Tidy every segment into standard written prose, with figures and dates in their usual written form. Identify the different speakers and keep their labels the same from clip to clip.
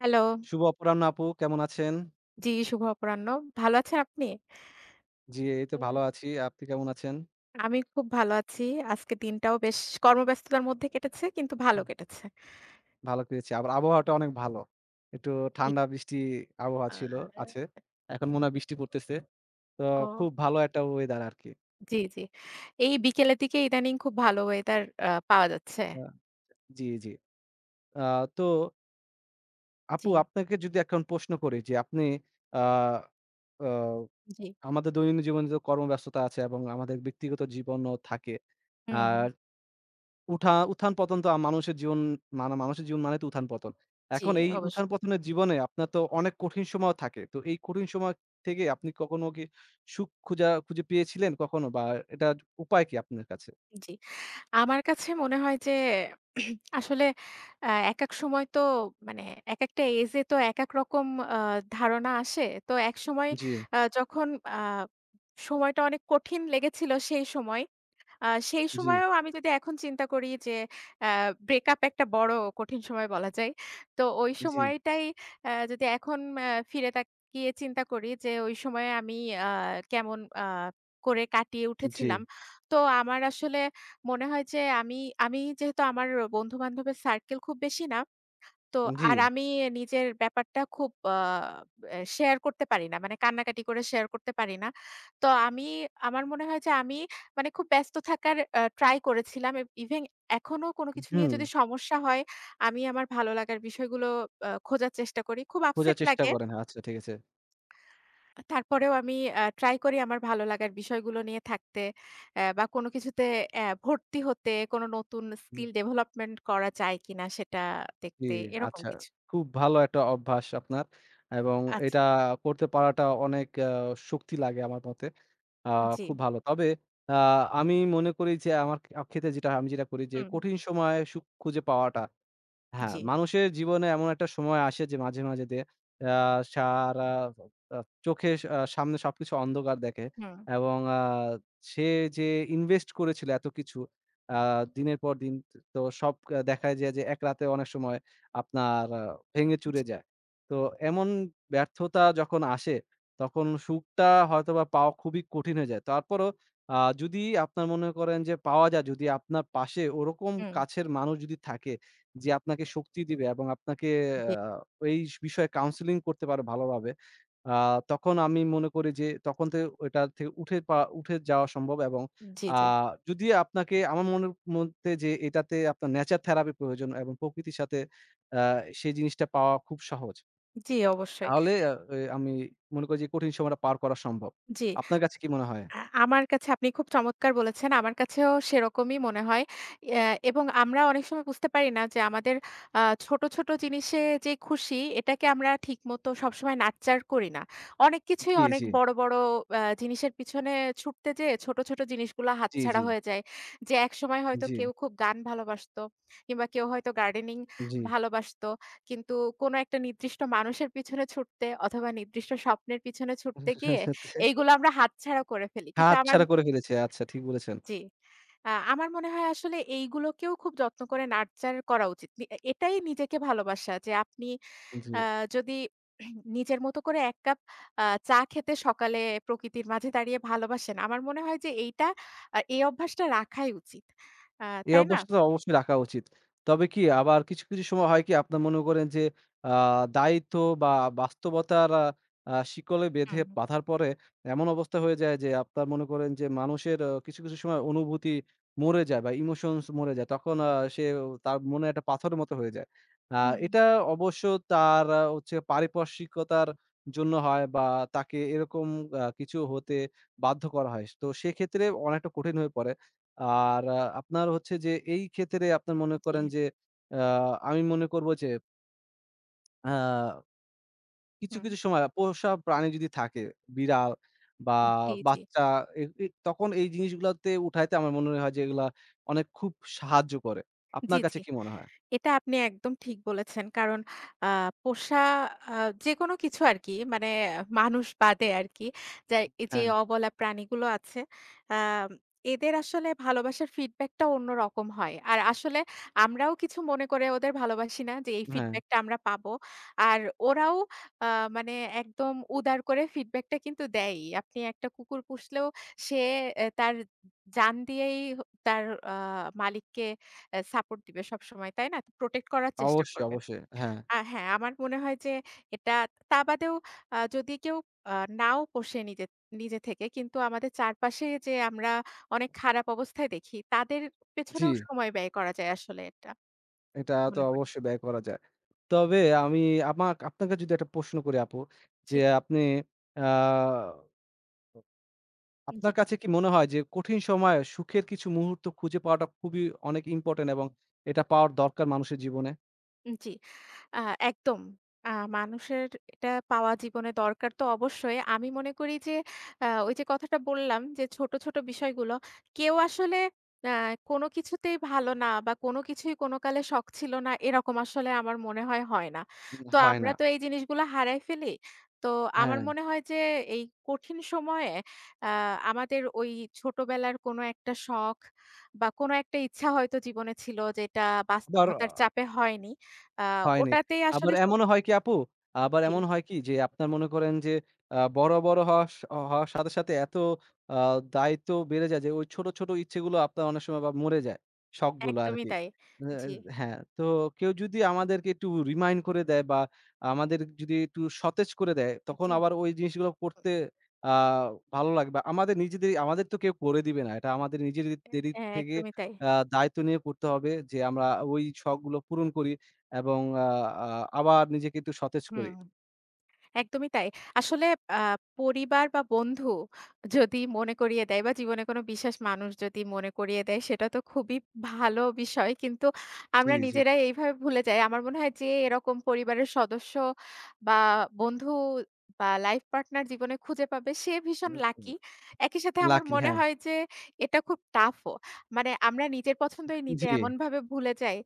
Speaker 1: Hello.
Speaker 2: শুভ অপরাহ্ন আপু, কেমন আছেন?
Speaker 1: জি, শুভ অপরাহ্ন। ভালো আছেন আপনি?
Speaker 2: জি, এই তো
Speaker 1: হুম।
Speaker 2: ভালো আছি। আপনি কেমন আছেন?
Speaker 1: আমি খুব ভালো আছি। আজকে দিনটাও বেশ কর্মব্যস্ততার মধ্যে কেটেছে, কিন্তু ভালো কেটেছে।
Speaker 2: ভালো পেয়েছি। আবার আবহাওয়াটা অনেক ভালো। একটু
Speaker 1: জি।
Speaker 2: ঠান্ডা বৃষ্টি আবহাওয়া
Speaker 1: আর।
Speaker 2: ছিল আছে। এখন মনে হয় বৃষ্টি পড়তেছে। তো
Speaker 1: ও।
Speaker 2: খুব ভালো একটা ওয়েদার আরকি।
Speaker 1: জি, জি। এই বিকেলের দিকে ইদানিং খুব ভালো ওয়েদার পাওয়া যাচ্ছে।
Speaker 2: আ জি, জি। আ তো
Speaker 1: জি,
Speaker 2: আপু, আপনাকে যদি এখন প্রশ্ন করি যে আপনি আ আ
Speaker 1: জি।
Speaker 2: আমাদের দৈনন্দিন জীবনে তো কর্মব্যস্ততা আছে এবং আমাদের ব্যক্তিগত জীবনও থাকে।
Speaker 1: হুম, হুম।
Speaker 2: আর উত্থান-পতন তো মানুষের জীবন, মানে মানুষের জীবন মানে তো উত্থান-পতন।
Speaker 1: জি,
Speaker 2: এখন এই
Speaker 1: অবশ্যই।
Speaker 2: উত্থান-পতনের জীবনে আপনার তো অনেক কঠিন সময়ও থাকে। তো এই কঠিন সময় থেকে আপনি কখনো কি সুখ খুঁজে পেয়েছিলেন কখনো, বা এটার উপায় কি আপনার কাছে?
Speaker 1: জি। আমার কাছে মনে হয় যে আসলে একেক সময় তো মানে একেকটা এজ এ তো একেক রকম আ ধারণা আসে। তো একসময়
Speaker 2: জি,
Speaker 1: যখন আ সময়টা অনেক কঠিন লেগেছিল সেই সময়, সেই
Speaker 2: জি,
Speaker 1: সময়েও আমি যদি এখন চিন্তা করি যে আ ব্রেকআপ একটা বড় কঠিন সময় বলা যায়। তো ওই
Speaker 2: জি,
Speaker 1: সময়টাই যদি এখন আ ফিরে তাকিয়ে চিন্তা করি যে ওই সময়ে আমি আ কেমন করে কাটিয়ে
Speaker 2: জি,
Speaker 1: উঠেছিলাম। তো আমার আসলে মনে হয় যে আমি আমি যেহেতু আমার বন্ধু-বান্ধবের সার্কেল খুব বেশি না। তো
Speaker 2: জি।
Speaker 1: আর আমি নিজের ব্যাপারটা খুব আ এ শেয়ার করতে পারি না। মানে কান্নাকাটি করে শেয়ার করতে পারি না। তো আমি, আমার মনে হয় যে আমি মানে খুব ব্যস্ত থাকার ট্রাই করেছিলাম। ইভেন এখনো কোনো কিছু নিয়ে
Speaker 2: হুম,
Speaker 1: যদি সমস্যা হয়, আমি আমার ভালো লাগার বিষয়গুলো খোঁজার চেষ্টা করি। খুব
Speaker 2: খোঁজার
Speaker 1: আপসেট
Speaker 2: চেষ্টা
Speaker 1: লাগে।
Speaker 2: করেন। আচ্ছা ঠিক আছে।
Speaker 1: তারপরেও আমি ট্রাই করি আমার ভালো লাগার বিষয়গুলো নিয়ে থাকতে, বা কোনো কিছুতে ভর্তি হতে, কোনো নতুন
Speaker 2: হুম।
Speaker 1: স্কিল ডেভেলপমেন্ট করা যায় কিনা সেটা
Speaker 2: জি,
Speaker 1: দেখতে, এরকম
Speaker 2: আচ্ছা।
Speaker 1: কিছু।
Speaker 2: খুব ভালো একটা অভ্যাস আপনার, এবং
Speaker 1: আচ্ছা,
Speaker 2: এটা করতে পারাটা অনেক শক্তি লাগে আমার মতে। আ
Speaker 1: জি।
Speaker 2: খুব ভালো। তবে আ আমি মনে করি যে আমার ক্ষেত্রে যেটা আমি, যেটা করি যে
Speaker 1: হুম,
Speaker 2: কঠিন সময়ে সুখ খুঁজে পাওয়াটা, হ্যাঁ,
Speaker 1: জি।
Speaker 2: মানুষের জীবনে এমন একটা সময় আসে যে মাঝে, মাঝে দিয়ে আ সারা আ চোখে সামনে সবকিছু অন্ধকার দেখে,
Speaker 1: হুম,
Speaker 2: এবং সে যে ইনভেস্ট করেছিল এত কিছু আ দিনের পর দিন, তো সব আহ, দেখায় যায় যে এক রাতে অনেক সময় আপনার ভেঙে চুরে
Speaker 1: জি,
Speaker 2: যায়। তো এমন ব্যর্থতা যখন আসে তখন সুখটা হয়তোবা পাওয়া খুবই কঠিন হয়ে যায়। তারপরও যদি আপনার মনে করেন যে পাওয়া যায়, যদি আপনার পাশে ওরকম
Speaker 1: হুম,
Speaker 2: কাছের মানুষ যদি থাকে যে আপনাকে শক্তি দিবে, এবং আপনাকে
Speaker 1: জি,
Speaker 2: আ এই বিষয়ে কাউন্সেলিং করতে পারে ভালোভাবে। আ তখন আমি মনে করি যে তখন থেকে ওইটা থেকে উঠে যাওয়া সম্ভব, এবং
Speaker 1: জি,
Speaker 2: আ
Speaker 1: জি,
Speaker 2: যদি আপনাকে আমার মনের মধ্যে যে এটাতে আপনার নেচার থেরাপি প্রয়োজন, এবং প্রকৃতির সাথে আ সেই জিনিসটা পাওয়া খুব সহজ।
Speaker 1: জি, অবশ্যই।
Speaker 2: তাহলে আ এ আমি মনে করি যে কঠিন সময়টা পার করা সম্ভব।
Speaker 1: জি,
Speaker 2: আপনার কাছে কি মনে হয়?
Speaker 1: আমার কাছে আপনি খুব চমৎকার বলেছেন। আমার কাছেও সেরকমই মনে হয়। ইয়া, এবং আমরা অনেক সময় বুঝতে পারি না যে আমাদের আ ছোট, ছোট জিনিসে যে খুশি এটাকে আমরা ঠিকমতো সবসময় নাচ্চার করি না। অনেক কিছুই
Speaker 2: জি,
Speaker 1: অনেক
Speaker 2: জি,
Speaker 1: বড়, বড় জিনিসের পিছনে ছুটতে যেয়ে ছোট, ছোট জিনিসগুলা
Speaker 2: জি, জি,
Speaker 1: হাতছাড়া হয়ে যায়। যে একসময় হয়তো
Speaker 2: জি,
Speaker 1: কেউ খুব গান ভালোবাসতো, কিংবা কেউ হয়তো গার্ডেনিং
Speaker 2: জি।
Speaker 1: ভালোবাসতো। কিন্তু কোনো একটা নির্দিষ্ট মানুষের পিছনে ছুটতে অথবা নির্দিষ্ট স্বপ্নের পিছনে ছুটতে গিয়ে এইগুলো আমরা হাতছাড়া করে ফেলি। কিন্তু আমার।
Speaker 2: হাতছাড়া করে ফেলেছে। আচ্ছা ঠিক বলেছেন।
Speaker 1: জি। আমার মনে হয় আসলে এইগুলোকেও খুব যত্ন করে নার্চার করা উচিত। নি এ এটাই নিজেকে ভালোবাসা, যে আপনি
Speaker 2: জি।
Speaker 1: আ যদি নিজের মতো করে ১ কাপ চা খেতে সকালে প্রকৃতির মাঝে দাঁড়িয়ে ভালোবাসেন। আমার মনে হয় যে এইটা, এই অভ্যাসটা রাখাই উচিত। আ
Speaker 2: এই
Speaker 1: তাই না?
Speaker 2: অভ্যাসটা তো অবশ্যই রাখা উচিত। তবে কি আবার কিছু, কিছু সময় হয় কি আপনার মনে করেন যে আ দায়িত্ব বা বাস্তবতার আ আ শিকলে বেঁধে
Speaker 1: হুম,
Speaker 2: বাঁধার পরে এমন অবস্থা হয়ে যায় যে আপনার মনে করেন যে মানুষের কিছু, কিছু সময় অনুভূতি মরে যায় বা ইমোশনস মরে যায়। তখন সে তার মনে একটা পাথরের মতো হয়ে যায়। আ
Speaker 1: হুম,
Speaker 2: এটা অবশ্য তার হচ্ছে পারিপার্শ্বিকতার জন্য হয়, বা তাকে এরকম কিছু হতে বাধ্য করা হয়। তো সেক্ষেত্রে অনেকটা কঠিন হয়ে পড়ে। আর আপনার হচ্ছে যে এই ক্ষেত্রে আপনার মনে
Speaker 1: জি,
Speaker 2: করেন যে আ আমি মনে করব যে আ কিছু,
Speaker 1: হুম।
Speaker 2: কিছু সময় পোষা প্রাণী যদি থাকে, বিড়াল বা
Speaker 1: জি, জি,
Speaker 2: বাচ্চা, এ এ তখন এই জিনিসগুলাতে উঠাইতে আমার মনে হয় যে এগুলা অনেক খুব সাহায্য করে।
Speaker 1: জি,
Speaker 2: আপনার কাছে
Speaker 1: জি।
Speaker 2: কি মনে হয়?
Speaker 1: এটা আপনি একদম ঠিক বলেছেন। কারণ আ পোষা, আ যেকোনো কিছু আরকি, মানে মানুষ বাদে আরকি। যা, এই যে
Speaker 2: হ্যাঁ,
Speaker 1: অবলা প্রাণীগুলো আছে, আম এদের আসলে ভালোবাসার ফিডব্যাকটা অন্যরকম হয়। আর আসলে আমরাও কিছু মনে করে ওদের ভালোবাসি না যে এই
Speaker 2: হ্যাঁ,
Speaker 1: ফিডব্যাকটা আমরা পাবো। আর ওরাও আ মানে একদম উদার করে ফিডব্যাকটা কিন্তু দেয়ই। আপনি একটা কুকুর পুষলেও সে তার জান দিয়েই তার আ মালিককে সাপোর্ট দিবে সবসময়, তাই না? প্রোটেক্ট করার চেষ্টা
Speaker 2: অবশ্যই,
Speaker 1: করবে।
Speaker 2: অবশ্যই। হ্যাঁ,
Speaker 1: হ্যাঁ, আমার মনে হয় যে এটা, তা বাদেও যদি কেউ আ নাও পোষে নিজে, নিজে থেকে, কিন্তু আমাদের চারপাশে যে আমরা অনেক খারাপ অবস্থায় দেখি, তাদের
Speaker 2: জি,
Speaker 1: পেছনেও সময় ব্যয় করা যায় আসলে, এটা
Speaker 2: এটা তো
Speaker 1: মনে করি।
Speaker 2: অবশ্যই ব্যয় করা যায়। তবে আমি আপনাকে যদি একটা প্রশ্ন করি আপু, যে
Speaker 1: জি,
Speaker 2: আপনি আ
Speaker 1: জি।
Speaker 2: আপনার কাছে কি মনে হয় যে কঠিন সময়ে সুখের কিছু মুহূর্ত খুঁজে পাওয়াটা খুবই অনেক ইম্পোর্টেন্ট, এবং এটা পাওয়ার দরকার মানুষের জীবনে?
Speaker 1: জি। আ একদম। আ মানুষের এটা পাওয়া জীবনে দরকার তো অবশ্যই। আমি মনে করি যে ওই যে কথাটা বললাম যে ছোট, ছোট বিষয়গুলো কেউ আসলে আ কোনো কিছুতেই ভালো না বা কোনো কিছুই কোনো কালে শখ ছিল না, এরকম আসলে আমার মনে হয়, হয় না।
Speaker 2: উম
Speaker 1: তো
Speaker 2: হয়
Speaker 1: আমরা
Speaker 2: না।
Speaker 1: তো এই জিনিসগুলো হারায় ফেলি। তো আমার
Speaker 2: হ্যাঁ,
Speaker 1: মনে হয় যে এই কঠিন সময়ে আ আমাদের ওই ছোটবেলার কোনো একটা শখ বা কোনো একটা ইচ্ছা হয়তো জীবনে ছিল, যেটা
Speaker 2: আবার
Speaker 1: বাস্তবতার চাপে হয়নি। আ
Speaker 2: হয়নি।
Speaker 1: ওটাতেই
Speaker 2: আবার
Speaker 1: আসলে
Speaker 2: এমনও হয় কি আপু? আবার
Speaker 1: জি,
Speaker 2: এমন হয় কি যে আপনার মনে করেন যে বড়, বড় হওয়ার সাথে, সাথে এত আ দায়িত্ব বেড়ে যায় যে ওই ছোট, ছোট ইচ্ছেগুলো আপনার অনেক সময় বা মরে যায়। শখগুলো
Speaker 1: একদমই
Speaker 2: আরকি।
Speaker 1: তাই।
Speaker 2: অ্যা
Speaker 1: জি,
Speaker 2: হ্যাঁ, তো কেউ যদি আমাদেরকে একটু রিমাইন্ড করে দেয় বা আমাদের যদি একটু সতেজ করে দেয়, তখন
Speaker 1: জি।
Speaker 2: আবার ওই জিনিসগুলো করতে আ ভালো লাগবে। আমাদের নিজেদের, আমাদের তো কেউ করে দিবে না। এটা আমাদের নিজেদেরই থেকে
Speaker 1: একদমই তাই।
Speaker 2: দায়িত্ব নিয়ে করতে হবে যে আমরা ওই শখগুলো পূরণ করি। এবং আ আ আবার নিজেকে একটু সতেজ করি।
Speaker 1: হুম। একদমই তাই। আসলে আ পরিবার বা বন্ধু যদি মনে করিয়ে দেয় বা জীবনে কোনো বিশেষ মানুষ যদি মনে করিয়ে দেয়, সেটা তো খুবই ভালো বিষয়। কিন্তু
Speaker 2: জি,
Speaker 1: আমরা
Speaker 2: জি।
Speaker 1: নিজেরাই এইভাবে ভুলে যাই। আমার মনে হয় যে এরকম পরিবারের সদস্য বা বন্ধু বা লাইফ পার্টনার জীবনে খুঁজে পাবে, সে ভীষণ লাকি। একই সাথে আমার
Speaker 2: লাকি
Speaker 1: মনে
Speaker 2: হ্যাঁ।
Speaker 1: হয় যে এটা খুব টাফও। মানে আমরা নিজের পছন্দই নিজে
Speaker 2: জি,
Speaker 1: এমনভাবে ভুলে যাই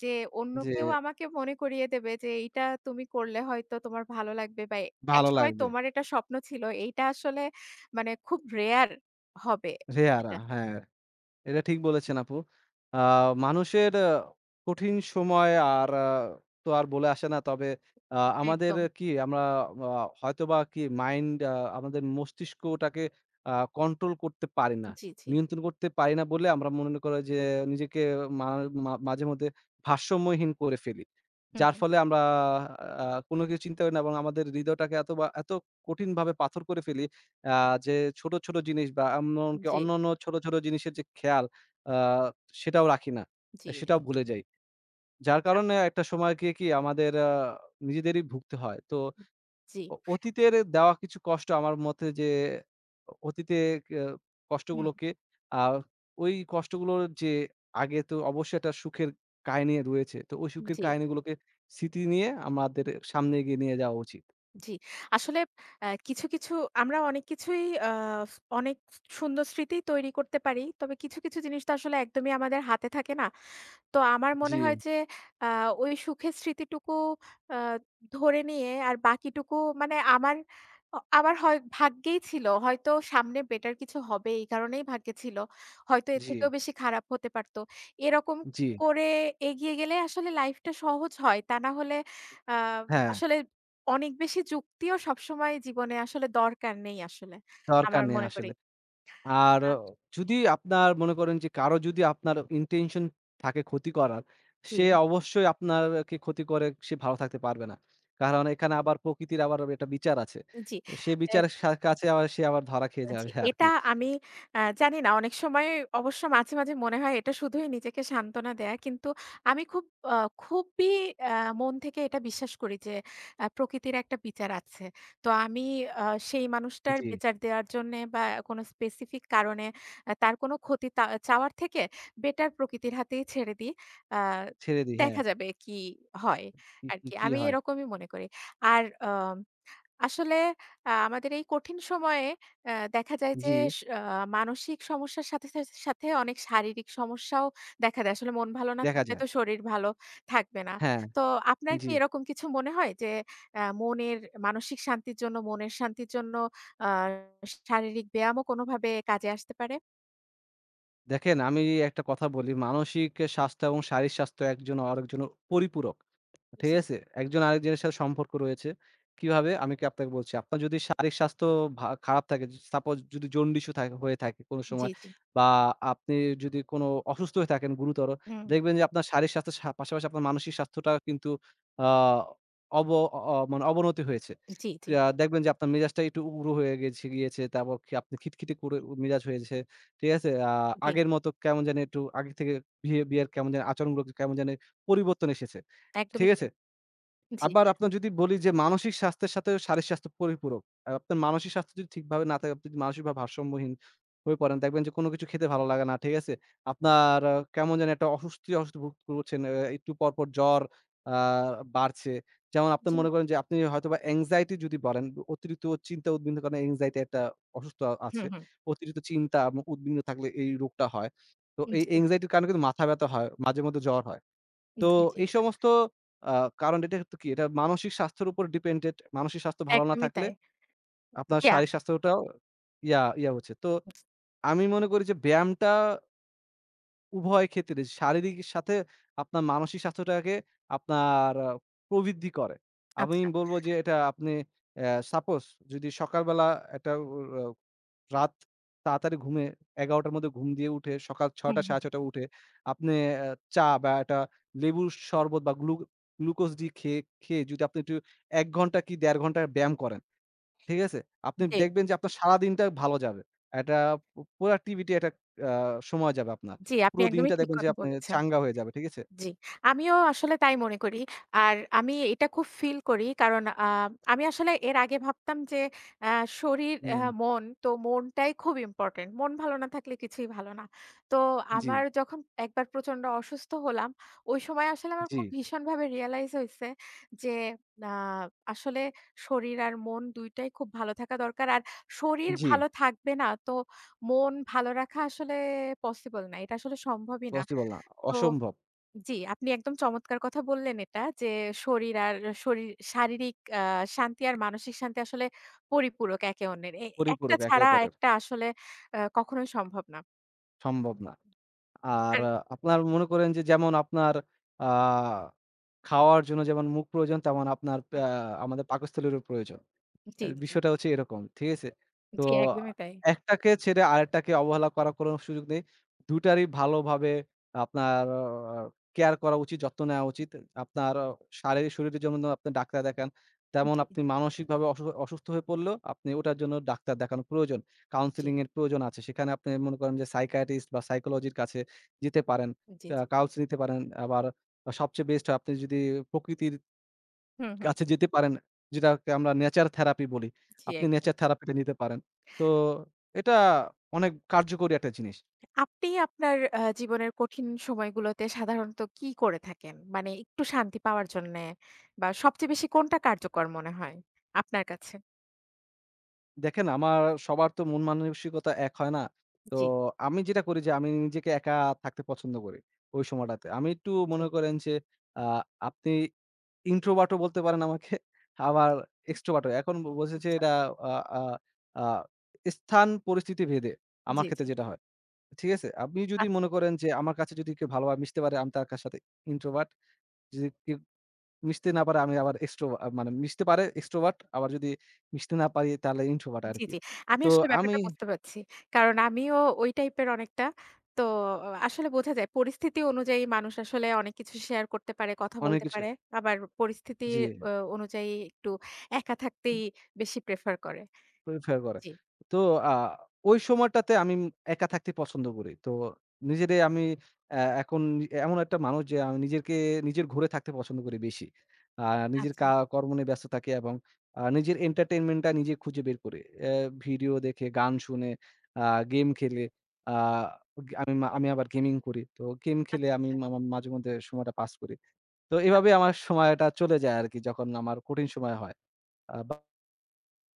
Speaker 1: যে অন্য
Speaker 2: যে
Speaker 1: কেউ আমাকে মনে করিয়ে দেবে যে এইটা তুমি করলে হয়তো তোমার ভালো লাগবে, বা
Speaker 2: ভালো
Speaker 1: একসময়
Speaker 2: লাগবে।
Speaker 1: তোমার এটা স্বপ্ন ছিল। এইটা আসলে মানে খুব রেয়ার হবে
Speaker 2: রেয়ারা
Speaker 1: সেটা।
Speaker 2: হ্যাঁ। এটা ঠিক বলেছেন আপু। আ মানুষের কঠিন সময় আর তো আর বলে আসে না। তবে আমাদের
Speaker 1: একদম।
Speaker 2: কি আমরা আ হয়তোবা কি মাইন্ড আ আমাদের মস্তিষ্কটাকে আ কন্ট্রোল করতে পারি না।
Speaker 1: জি, জি।
Speaker 2: নিয়ন্ত্রণ করতে পারি না বলে আমরা মনে করি যে নিজেকে মা মা মাঝেমধ্যে ভারসাম্যহীন করে ফেলি।
Speaker 1: হুম,
Speaker 2: যার
Speaker 1: হুম।
Speaker 2: ফলে আমরা কোনো কিছু চিন্তা করি না, এবং আমাদের হৃদয়টাকে এত বা এত কঠিনভাবে পাথর করে ফেলি আ যে ছোট, ছোট জিনিস বা এমনকি
Speaker 1: জি,
Speaker 2: অন্যান্য ছোট, ছোট জিনিসের যে খেয়াল আ সেটাও রাখি না।
Speaker 1: জি,
Speaker 2: সেটাও ভুলে যাই। যার কারণে একটা সময় গিয়ে কি আমাদের নিজেদেরই ভুগতে হয়। তো
Speaker 1: জি।
Speaker 2: অতীতের দেওয়া কিছু কষ্ট আমার মতে যে অতীতে আ
Speaker 1: হুম,
Speaker 2: কষ্টগুলোকে আ ওই কষ্টগুলোর যে আগে তো অবশ্যই একটা সুখের কাহিনী রয়েছে। তো ওই সুখের
Speaker 1: জি,
Speaker 2: কাহিনীগুলোকে স্মৃতি নিয়ে আমাদের সামনে এগিয়ে নিয়ে যাওয়া উচিত।
Speaker 1: জি। আসলে কিছু, কিছু, আমরা অনেক কিছুই অনেক সুন্দর স্মৃতি তৈরি করতে পারি। তবে কিছু, কিছু জিনিস তো আসলে একদমই আমাদের হাতে থাকে না। তো আমার
Speaker 2: জি,
Speaker 1: মনে হয় যে আ ওই সুখের স্মৃতিটুকু আ ধরে নিয়ে আর বাকিটুকু মানে আমার হয় ভাগ্যেই ছিল। হয়তো সামনে বেটার কিছু হবে এই কারণেই ভাগ্যে ছিল। হয়তো এর
Speaker 2: জি,
Speaker 1: থেকেও বেশি খারাপ হতে পারত। এরকম
Speaker 2: জি।
Speaker 1: করে এগিয়ে গেলে আসলে লাইফটা সহজ হয়। তা না হলে আ
Speaker 2: হ্যাঁ,
Speaker 1: আসলে অনেক বেশি যুক্তিও সবসময় জীবনে আসলে দরকার নেই আসলে।
Speaker 2: দরকার
Speaker 1: আমার
Speaker 2: নেই
Speaker 1: মনে করি।
Speaker 2: আসলে। আর
Speaker 1: আ
Speaker 2: যদি আপনার মনে করেন যে কারো যদি আপনার intention থাকে ক্ষতি করার,
Speaker 1: জি,
Speaker 2: সে অবশ্যই আপনাকে ক্ষতি করে সে ভালো থাকতে পারবে না। কারণ এখানে আবার প্রকৃতির আবার একটা বিচার আছে।
Speaker 1: জি।
Speaker 2: সে
Speaker 1: এ
Speaker 2: বিচারের কাছে আবার সে আবার ধরা খেয়ে
Speaker 1: জি,
Speaker 2: যাবে
Speaker 1: এটা
Speaker 2: আরকি।
Speaker 1: আমি জানি না। অনেক সময় অবশ্য মাঝে, মাঝে মনে হয় এটা শুধুই নিজেকে সান্ত্বনা দেয়া। কিন্তু আমি আ খুবই আ মন থেকে এটা বিশ্বাস করি যে প্রকৃতির একটা বিচার আছে। তো আমি আ সেই মানুষটার
Speaker 2: জি,
Speaker 1: বিচার দেওয়ার জন্যে বা কোনো স্পেসিফিক কারণে তার কোনো ক্ষতি তা চাওয়ার থেকে বেটার প্রকৃতির হাতেই ছেড়ে দিই। আ
Speaker 2: ছেড়ে দিই হ্যাঁ।
Speaker 1: দেখা যাবে কি হয়
Speaker 2: কি, কি,
Speaker 1: আরকি।
Speaker 2: কি
Speaker 1: আমি
Speaker 2: হয়?
Speaker 1: এরকমই মনে করি। আর আ আসলে আমাদের এই কঠিন সময়ে দেখা যায় যে
Speaker 2: জি,
Speaker 1: স আ মানসিক সমস্যার সাথে, সাথে অনেক শারীরিক সমস্যাও দেখা দেয়। আসলে মন ভালো না
Speaker 2: দেখা
Speaker 1: থাকলে
Speaker 2: যায়।
Speaker 1: তো শরীর ভালো থাকবে না।
Speaker 2: হ্যাঁ,
Speaker 1: তো আপনার কি
Speaker 2: জি।
Speaker 1: এরকম কিছু মনে হয় যে মনের মানসিক শান্তির জন্য, মনের শান্তির জন্য আ শারীরিক ব্যায়ামও কোনোভাবে কাজে আসতে পারে?
Speaker 2: দেখেন আমি একটা কথা বলি, মানসিক স্বাস্থ্য এবং শারীরিক স্বাস্থ্য একজন আরেকজনের পরিপূরক। ঠিক
Speaker 1: জি,
Speaker 2: আছে? একজন আরেকজনের সাথে সম্পর্ক রয়েছে। কিভাবে? আমি কি আপনাকে বলছি। আপনার যদি শারীরিক স্বাস্থ্য খারাপ থাকে, সাপোজ যদি জন্ডিস ও থাকে হয়ে থাকে কোনো
Speaker 1: জি,
Speaker 2: সময়,
Speaker 1: জি।
Speaker 2: বা আপনি যদি কোনো অসুস্থ হয়ে থাকেন গুরুতর,
Speaker 1: হুম।
Speaker 2: দেখবেন যে আপনার শারীরিক স্বাস্থ্যের পাশাপাশি আপনার মানসিক স্বাস্থ্যটাও কিন্তু আ অব অ মানে অবনতি হয়েছে।
Speaker 1: জি, জি,
Speaker 2: দেখবেন যে আপনার মেজাজটা একটু উগ্র হয়ে গিয়েছে। তারপর আপনি খিটখিটে করে মেজাজ হয়েছে। ঠিক আছে?
Speaker 1: জি।
Speaker 2: আগের মতো কেমন জানি একটু আগে থেকে বিহেভিয়ার কেমন জানি, আচরণগুলো কেমন জানি পরিবর্তন এসেছে। ঠিক
Speaker 1: একদমই
Speaker 2: আছে?
Speaker 1: তাই। জি,
Speaker 2: আবার আপনার যদি বলি যে মানসিক স্বাস্থ্যের সাথে শারীরিক স্বাস্থ্য পরিপূরক। আপনার মানসিক স্বাস্থ্য যদি ঠিকভাবে না থাকে, আপনি যদি মানসিকভাবে ভারসাম্যহীন হয়ে পড়েন, দেখবেন যে কোন কিছু খেতে ভালো লাগে না, ঠিক আছে? আপনার কেমন জানি একটা অস্বস্তি, অস্বস্তি ভুগ করছেন। একটু পরপর জ্বর আ বাড়ছে। যেমন আপনি
Speaker 1: জি।
Speaker 2: মনে করেন যে আপনি হয়তোবা anxiety যদি বলেন, অতিরিক্ত চিন্তা উদ্বিগ্ন কারণে anxiety একটা অসুস্থ আছে।
Speaker 1: হুম, হুম।
Speaker 2: অতিরিক্ত চিন্তা এবং উদ্বিগ্ন থাকলে এই রোগটা হয়। তো এই
Speaker 1: জি,
Speaker 2: anxiety র কারণে কিন্তু মাথা ব্যথা হয়, মাঝে মধ্যে জ্বর হয়। তো
Speaker 1: জি, জি।
Speaker 2: এই সমস্ত আ কারণ। এটা তো কি? এটা মানসিক স্বাস্থ্যের উপর ডিপেন্ডেন্ট। মানসিক স্বাস্থ্য ভালো না
Speaker 1: একদমই
Speaker 2: থাকলে
Speaker 1: তাই।
Speaker 2: আপনার
Speaker 1: জি,
Speaker 2: শারীরিক স্বাস্থ্যটাও ইয়া ইয়া হচ্ছে। তো আমি মনে করি যে ব্যায়ামটা উভয় ক্ষেত্রে শারীরিক সাথে আপনার মানসিক স্বাস্থ্যটাকে আপনার প্রবৃদ্ধি করে। আমি
Speaker 1: আচ্ছা।
Speaker 2: বলব যে এটা আপনি সাপোজ যদি সকালবেলা একটা উ রাত তাড়াতাড়ি ঘুমে ১১ টার মধ্যে ঘুম দিয়ে উঠে সকাল ৬
Speaker 1: হুম।
Speaker 2: টা
Speaker 1: হুম,
Speaker 2: ৬:৩০ উঠে আপনি চা বা একটা লেবুর শরবত বা গ্লুকোজ ডি খেয়ে যদি আপনি একটু ১ ঘন্টা কি ১.৫ ঘন্টা ব্যায়াম করেন, ঠিক আছে? আপনি
Speaker 1: জি,
Speaker 2: দেখবেন যে আপনার সারাদিনটা ভালো যাবে। একটা প্রোডাক্টিভিটি একটা আ সময় যাবে আপনার।
Speaker 1: জি, আপনি
Speaker 2: পুরো
Speaker 1: একদমই
Speaker 2: দিনটা
Speaker 1: ঠিক
Speaker 2: দেখবেন যে
Speaker 1: কথা
Speaker 2: আপনি
Speaker 1: বলেছেন।
Speaker 2: চাঙ্গা হয়ে যাবে, ঠিক আছে?
Speaker 1: জি, আমিও আসলে তাই মনে করি। আর আমি এটা খুব ফিল করি, কারণ আমি আসলে এর আগে ভাবতাম যে আ শরীর,
Speaker 2: হুম,
Speaker 1: মন, তো মনটাই খুব ইম্পোর্টেন্ট। মন ভালো না থাকলে কিছুই ভালো না। তো
Speaker 2: জি,
Speaker 1: আমার যখন একবার প্রচন্ড অসুস্থ হলাম, ওই সময় আসলে আমার
Speaker 2: জি,
Speaker 1: খুব ভীষণভাবে রিয়ালাইজ হইছে যে আ আসলে শরীর আর মন ২ টাই খুব ভালো থাকা দরকার। আর শরীর
Speaker 2: জি।
Speaker 1: ভালো থাকবে না তো মন ভালো রাখা আসলে পসিবল না। এটা আসলে সম্ভবই না।
Speaker 2: পসিবল না।
Speaker 1: তো
Speaker 2: অসম্ভব।
Speaker 1: জি, আপনি একদম চমৎকার কথা বললেন এটা যে, শরীর আর শরীর শারীরিক শান্তি আর মানসিক শান্তি আসলে পরিপূরক একে অন্যের। একটা
Speaker 2: পরিপূরক একে
Speaker 1: ছাড়া
Speaker 2: অপরের।
Speaker 1: একটা আসলে কখনোই সম্ভব না।
Speaker 2: সম্ভব না। আর
Speaker 1: আর
Speaker 2: আহ, আপনার মনে করেন যে যেমন আপনার আ খাওয়ার জন্য যেমন মুখ প্রয়োজন তেমন আপনার
Speaker 1: হুম,
Speaker 2: আমাদের পাকস্থলীরও প্রয়োজন। এ
Speaker 1: জি, জি,
Speaker 2: বিষয়টা হচ্ছে এরকম। ঠিক আছে? তো
Speaker 1: জি, একদমই তাই।
Speaker 2: একটাকে ছেড়ে আরেকটাকে অবহেলা করার কোনো সুযোগ নেই। ২ টারই ভালোভাবে আপনার কেয়ার করা উচিত, যত্ন নেওয়া উচিত। আপনার অ শারীরিক শরীরের জন্য আপনি ডাক্তার দেখান। তেমন
Speaker 1: জি,
Speaker 2: আপনি মানসিকভাবে অসুস্থ হয়ে পড়লেও আপনি ওটার জন্য ডাক্তার দেখানো প্রয়োজন।
Speaker 1: জি,
Speaker 2: কাউন্সেলিং এর প্রয়োজন আছে। সেখানে আপনি মনে করেন যে সাইকিয়াট্রিস্ট বা সাইকোলজির কাছে যেতে পারেন।
Speaker 1: জি, জি।
Speaker 2: কাউন্সেল নিতে পারেন। আবার সবচেয়ে বেস্ট হয় আপনি যদি প্রকৃতির
Speaker 1: হুম, হুম।
Speaker 2: কাছে যেতে পারেন। যেটাকে আমরা নেচার থেরাপি বলি।
Speaker 1: জি,
Speaker 2: আপনি
Speaker 1: একদম।
Speaker 2: নেচার থেরাপিটা নিতে পারেন। তো এটা অনেক কার্যকরী একটা জিনিস।
Speaker 1: আপনি আপনার জীবনের কঠিন সময়গুলোতে সাধারণত কি করে থাকেন? মানে একটু শান্তি পাওয়ার জন্যে বা সবচেয়ে বেশি কোনটা কার্যকর মনে হয় আপনার কাছে?
Speaker 2: দেখেন আমার সবার তো মন মানসিকতা এক হয় না। তো
Speaker 1: জি,
Speaker 2: আমি যেটা করি যে আমি নিজেকে একা থাকতে পছন্দ করি ওই সময়টাতে। আমি একটু
Speaker 1: জি।
Speaker 2: মনে করেন যে আ আপনি ইন্ট্রোভার্ট ও বলতে পারেন আমাকে, আবার এক্সট্রোভার্ট ও। এখন বোঝেছে
Speaker 1: আচ্ছা।
Speaker 2: এটা আ আ আ স্থান পরিস্থিতি ভেদে আমার
Speaker 1: জি,
Speaker 2: ক্ষেত্রে
Speaker 1: জি।
Speaker 2: যেটা হয়। ঠিক আছে? আপনি যদি
Speaker 1: আচ্ছা।
Speaker 2: মনে করেন যে আমার কাছে যদি কেউ ভালোভাবে মিশতে পারে আমি তার কাছে সাথে ইন্ট্রোভার্ট। যদি কেউ মিশতে না পারে আমি আবার এক্সট্রোভা আ মানে মিশতে পারে এক্সট্রোভার্ট, আবার যদি মিশতে না পারি তাহলে ইন্ট্রোভার্ট
Speaker 1: জি,
Speaker 2: আরকি।
Speaker 1: জি। আমি
Speaker 2: তো
Speaker 1: আসলে
Speaker 2: আমি
Speaker 1: ব্যাপারটা বুঝতে পারছি। কারণ আমিও ওই টাইপের অনেকটা। তো আসলে বোঝা যায় পরিস্থিতি অনুযায়ী মানুষ আসলে অনেক কিছু শেয়ার করতে পারে, কথা
Speaker 2: অনেক
Speaker 1: বলতে
Speaker 2: কিছু
Speaker 1: পারে। আবার পরিস্থিতি
Speaker 2: জি।
Speaker 1: অ অনুযায়ী একটু একা থাকতেই বেশি প্রেফার করে।
Speaker 2: প্রিফার করে।
Speaker 1: জি,
Speaker 2: তো আ ওই সময়টাতে আমি একা থাকতে পছন্দ করি। তো নিজেরে আমি এখন এমন একটা মানুষ যে আমি নিজেকে নিজের ঘরে থাকতে পছন্দ করি বেশি। আ নিজের
Speaker 1: আচ্ছা।
Speaker 2: কর্ম নিয়ে ব্যস্ত থাকি, এবং নিজের entertainment টা নিজে খুঁজে বের করি। ভিডিও দেখে, গান শুনে, আ গেম খেলে, আ আমি
Speaker 1: হুম।
Speaker 2: আমি আবার গেমিং করি। তো গেম খেলে
Speaker 1: আচ্ছা,
Speaker 2: আমি
Speaker 1: আচ্ছা,
Speaker 2: মাঝেমধ্যে সময়টা পাস করি। তো এভাবে
Speaker 1: আচ্ছা।
Speaker 2: আমার সময়টা চলে যায় আরকি যখন আমার কঠিন সময় হয়। আ